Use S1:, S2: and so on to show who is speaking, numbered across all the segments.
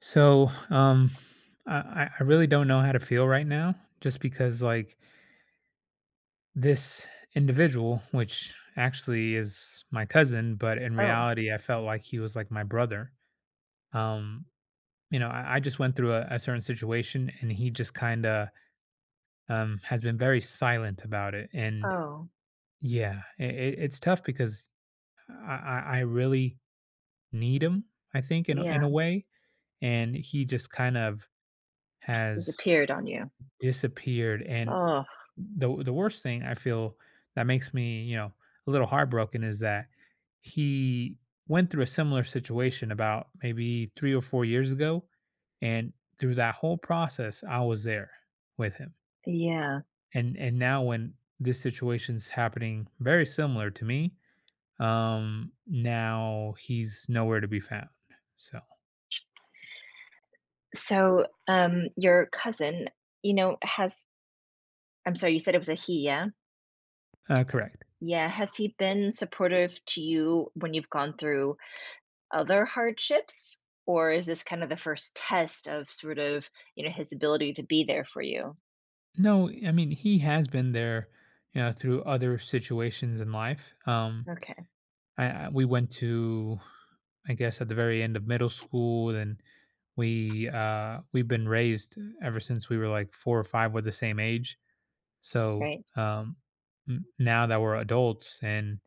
S1: So, um, I really don't know how to feel right now, just because like this individual, which actually is my cousin, but in
S2: Oh,
S1: reality, I felt like he was like my brother. Um, I just went through a certain situation, and he just kind of has been very silent about it. And
S2: oh,
S1: yeah, it's tough because I really need him, I think, in a
S2: yeah,
S1: way, and he just kind of
S2: just
S1: has
S2: disappeared on you.
S1: disappeared. And
S2: Oh,
S1: the worst thing I feel that makes me, you know, a little heartbroken is that he went through a similar situation about maybe 3 or 4 years ago, and through that whole process, I was there with him.
S2: yeah.
S1: And now when this situation's happening very similar to me, now he's nowhere to be found. So,
S2: So, your cousin, has I'm sorry, you said it was a he, yeah?
S1: correct.
S2: Yeah, has he been supportive to you when you've gone through other hardships? Or is this kind of the first test of sort of, his ability to be there for you?
S1: No, I mean, he has been there, you know, through other situations in life. Um,
S2: Okay,
S1: I, I we went to, I guess, at the very end of middle school. Then we we've been raised ever since we were like four or five. We're the same age, so
S2: right,
S1: now that we're adults, and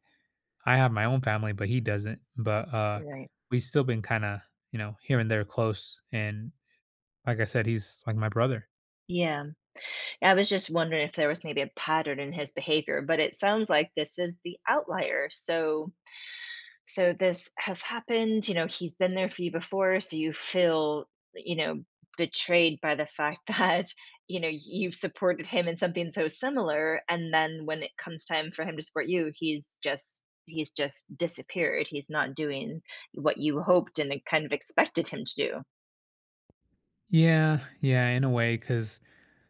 S1: I have my own family, but he doesn't. But
S2: right.
S1: we've still been kind of, you know, here and there close. And like I said, he's like my brother.
S2: Yeah. I was just wondering if there was maybe a pattern in his behavior, but it sounds like this is the outlier. So this has happened, he's been there for you before, so you feel you know betrayed by the fact that you've supported him in something so similar, and then when it comes time for him to support you, he's just disappeared, he's not doing what you hoped and kind of expected him to
S1: Yeah, yeah, in a way, because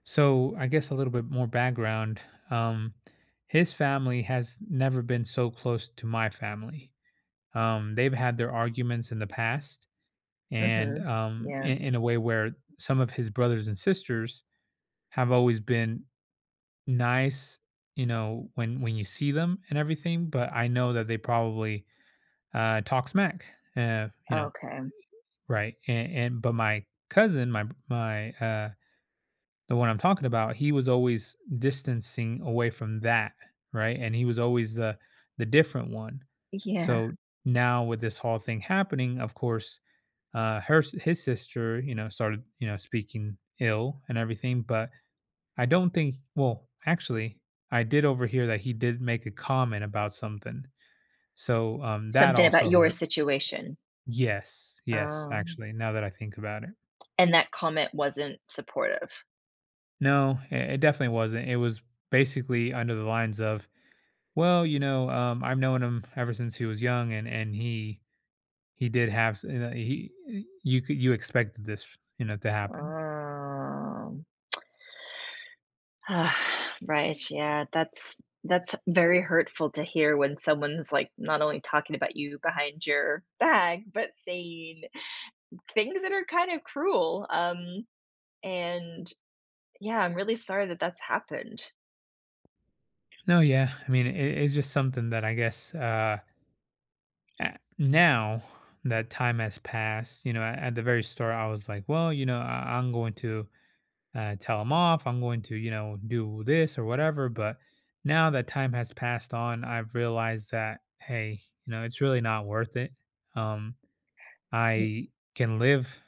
S1: so I guess a little bit more background. Um, his family has never been so close to my family. They've had their arguments in the past,
S2: do.
S1: and
S2: Hmm.
S1: um,
S2: Yeah.
S1: in, in a way where some of his brothers and sisters have always been nice, you know, when you see them and everything. But I know that they probably talk smack, you know,
S2: Okay.
S1: right? And but my cousin, my the one I'm talking about, he was always distancing away from that, right? And he was always the different one.
S2: Yeah.
S1: So now with this whole thing happening, of course, his sister, you know, started you know speaking ill and everything. But I don't think. Well, actually, I did overhear that he did make a comment about something. So that
S2: Something about
S1: also
S2: your
S1: hurt.
S2: situation.
S1: Yes, yes,
S2: Oh,
S1: actually, now that I think about it.
S2: and that comment wasn't supportive.
S1: No, it definitely wasn't. It was basically under the lines of well, you know, I've known him ever since he was young, and he he you could you expected this you know to happen.
S2: Oh. Ah. Right, yeah, that's very hurtful to hear when someone's, like, not only talking about you behind your back, but saying things that are kind of cruel. And, yeah, I'm really sorry that that's happened.
S1: No, yeah, I mean it's just something that I guess now that time has passed, you know, at the very start I was like, well, you know, I'm going to tell him off, I'm going to you know do this or whatever, but now that time has passed on, I've realized that hey, you know, it's really not worth it. Um,
S2: Mm.
S1: I can live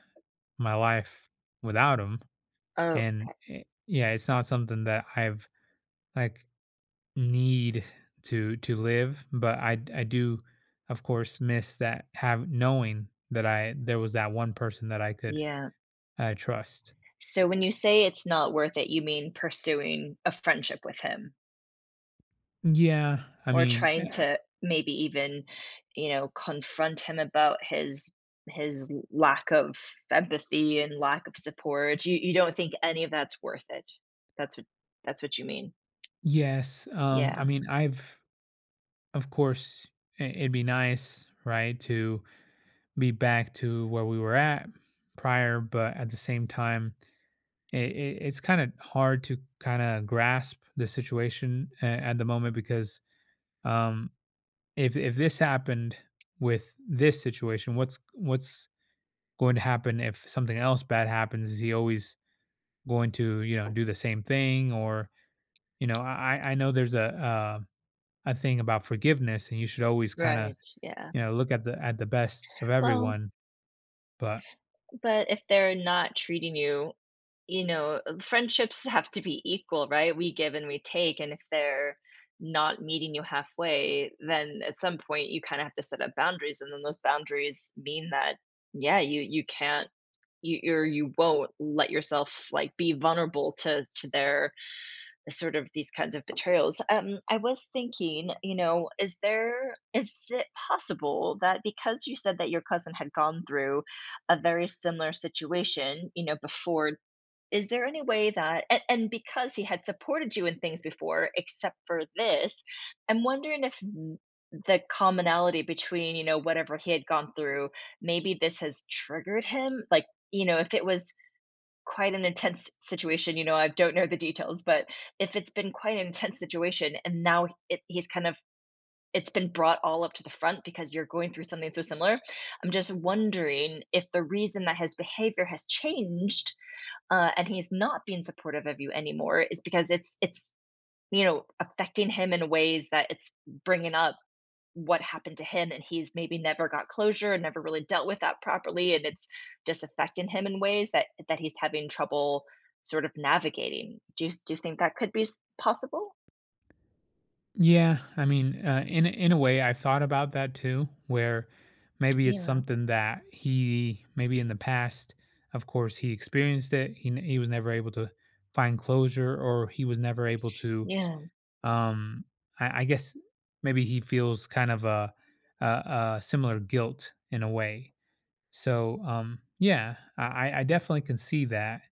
S1: my life without him.
S2: Oh,
S1: And yeah, it's not something that I've like need to live, but I do of course miss that have knowing that I there was that one person that I could
S2: yeah.
S1: trust.
S2: So when you say it's not worth it, you mean pursuing a friendship with him?
S1: Yeah, I
S2: Or
S1: mean,
S2: trying to maybe even confront him about his lack of empathy and lack of support? You don't think any of that's worth it? That's what that's what you mean?
S1: yes. I
S2: Yeah,
S1: mean, I've of course it'd be nice, right, to be back to where we were at prior, but at the same time, it's kind of hard to kind of grasp the situation at the moment because um, if this happened with this situation, what's going to happen if something else bad happens? Is he always going to you know do the same thing or you know I know there's a thing about forgiveness and you should always kind of
S2: right, yeah.
S1: you know look at the best of
S2: Well,
S1: everyone, but
S2: but if they're not treating you, you know friendships have to be equal, right? We give and we take, and if they're not meeting you halfway, then at some point you kind of have to set up boundaries, and then those boundaries mean that, yeah, you can't, you won't let yourself like be vulnerable to their sort of these kinds of betrayals. I was thinking, is it possible that because you said that your cousin had gone through a very similar situation, before, is there any way that and because he had supported you in things before, except for this, I'm wondering if th the commonality between, whatever he had gone through, maybe this has triggered him? Like, you know, if it was quite an intense situation, you know, I don't know the details, but if it's been quite an intense situation, and now it he's kind of it's been brought all up to the front because you're going through something so similar, I'm just wondering if the reason that his behavior has changed, and he's not being supportive of you anymore, is because it's affecting him in ways that it's bringing up what happened to him, and he's maybe never got closure and never really dealt with that properly, and it's just affecting him in ways that he's having trouble sort of navigating. Do you think that could be possible?
S1: yeah, I mean, in a way, I thought about that too, where maybe it's
S2: Yeah.
S1: something that he maybe in the past, of course, he experienced it. He was never able to find closure, or he was never able to.
S2: Yeah.
S1: Um, I guess maybe he feels kind of a a similar guilt in a way. So, yeah, I definitely can see that.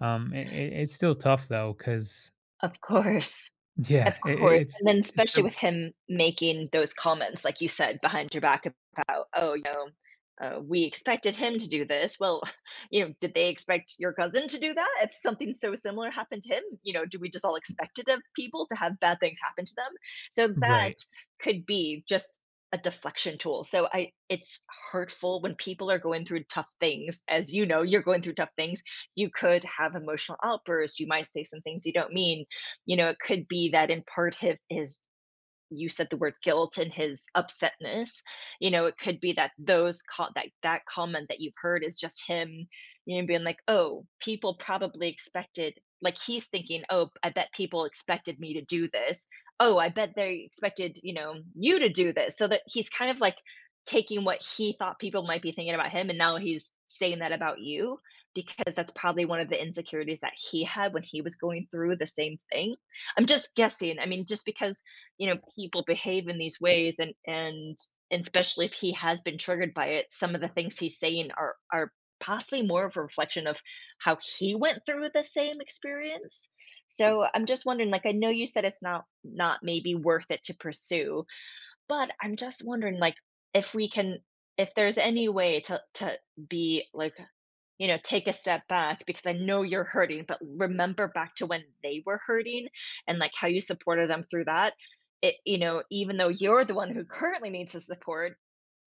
S1: Um, it, it's still tough though, because
S2: Of course.
S1: yeah,
S2: Of
S1: it, it-
S2: course,
S1: it's
S2: and then
S1: it's
S2: especially
S1: still
S2: with him making those comments, like you said, behind your back about, "Oh, you know, we expected him to do this." Well, you know, did they expect your cousin to do that? If something so similar happened to him, you know, do we just all expect it of people to have bad things happen to them? So that
S1: right.
S2: could be just a deflection tool. So I it's hurtful when people are going through tough things. As you know, you're going through tough things. You could have emotional outbursts. You might say some things you don't mean. It could be that in part his you said the word guilt — and his upsetness, it could be that that comment that you've heard is just him, being like, oh, people probably expected, like, he's thinking, oh, I bet people expected me to do this, oh, I bet they expected, you to do this, so that he's kind of like taking what he thought people might be thinking about him, and now he's saying that about you, because that's probably one of the insecurities that he had when he was going through the same thing. I'm just guessing, I mean, just because, you know, people behave in these ways, and especially if he has been triggered by it, some of the things he's saying are possibly more of a reflection of how he went through the same experience. So I'm just wondering, like, I know you said it's not maybe worth it to pursue, but I'm just wondering, like, if we can, if there's any way to be like, you know, take a step back, because I know you're hurting, but remember back to when they were hurting, and like how you supported them through that. It, you know, even though you're the one who currently needs the support,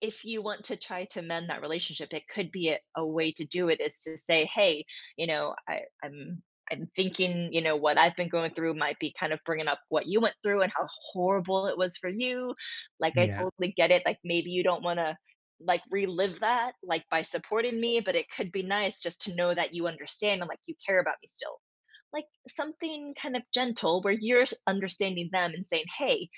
S2: if you want to try to mend that relationship, it could be a way to do it is to say, hey, you know, I'm thinking, you know, what I've been going through might be kind of bringing up what you went through and how horrible it was for you. Like, I
S1: Yeah.
S2: totally get it. Like, maybe you don't want to, like, relive that, like, by supporting me, but it could be nice just to know that you understand and, like, you care about me still, like something kind of gentle where you're understanding them and saying, hey,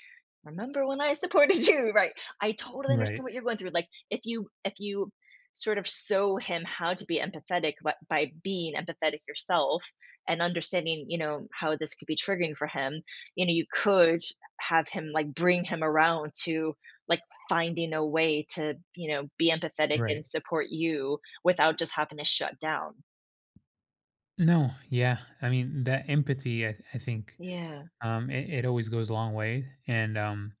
S2: remember when I supported you, right? I totally
S1: Right,
S2: understand what you're going through. Like, if you, if you sort of show him how to be empathetic but by being empathetic yourself and understanding, you know, how this could be triggering for him, you know, you could have him, like, bring him around to, like, finding a way to, you know, be empathetic
S1: right.
S2: and support you without just having to shut down.
S1: No, yeah. I mean, that empathy, I think,
S2: Yeah.
S1: it always goes a long way, and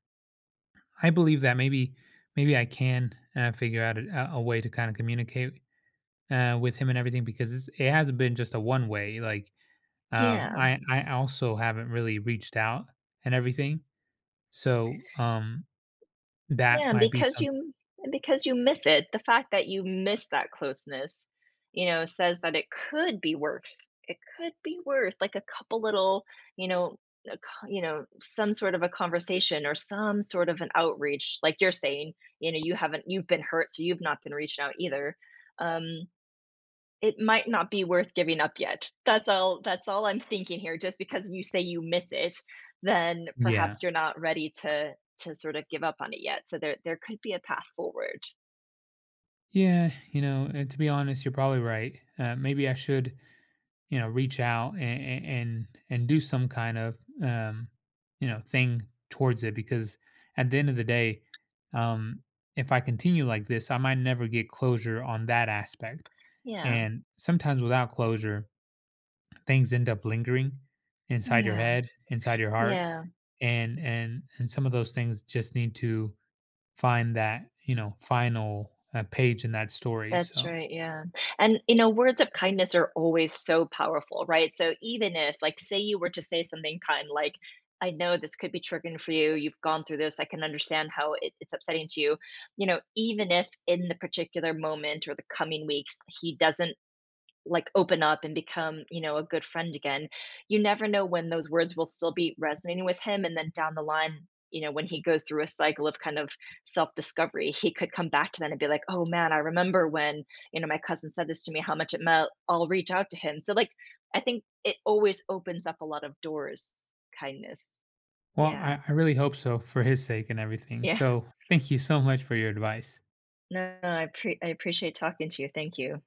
S1: I believe that maybe, maybe I can figure out a way to kind of communicate with him and everything because it's, it hasn't been just a one way. Like, um,
S2: Yeah.
S1: I I also haven't really reached out and everything, so that
S2: Yeah, and
S1: might be
S2: because
S1: something.
S2: you, and because you miss it, the fact that you miss that closeness, you know, says that it could be worth, it could be worth, like, a couple little, you know, a co, you know, some sort of a conversation or some sort of an outreach, like you're saying, you know, you haven't, you've been hurt, so you've not been reached out either. Um it might not be worth giving up yet. That's all I'm thinking here. Just because you say you miss it, then
S1: Yeah,
S2: perhaps you're not ready to sort of give up on it yet. So there could be a path forward.
S1: yeah. You know, to be honest, you're probably right. Maybe I should you know, reach out and and do some kind of um, you know, thing towards it because at the end of the day, um, if I continue like this, I might never get closure on that aspect.
S2: Yeah.
S1: And sometimes without closure, things end up lingering inside your
S2: Yeah.
S1: head, inside your heart,
S2: Yeah.
S1: and and some of those things just need to find that you know final page in that story.
S2: That's
S1: So.
S2: right, yeah. And, you know, words of kindness are always so powerful, right? So even if, like, say you were to say something kind, like, I know this could be triggering for you. You've gone through this. I can understand how it's upsetting to you. You know, even if in the particular moment or the coming weeks, he doesn't, like, open up and become, you know, a good friend again. You never know when those words will still be resonating with him. And then down the line, you know, when he goes through a cycle of kind of self discovery, he could come back to that and be like, oh man, I remember when, you know, my cousin said this to me, how much it meant. I'll reach out to him. So, like, I think it always opens up a lot of doors, kindness.
S1: Well,
S2: Yeah.
S1: I really hope so for his sake and everything.
S2: Yeah.
S1: So thank you so much for your advice.
S2: No, no, I appreciate talking to you. Thank you.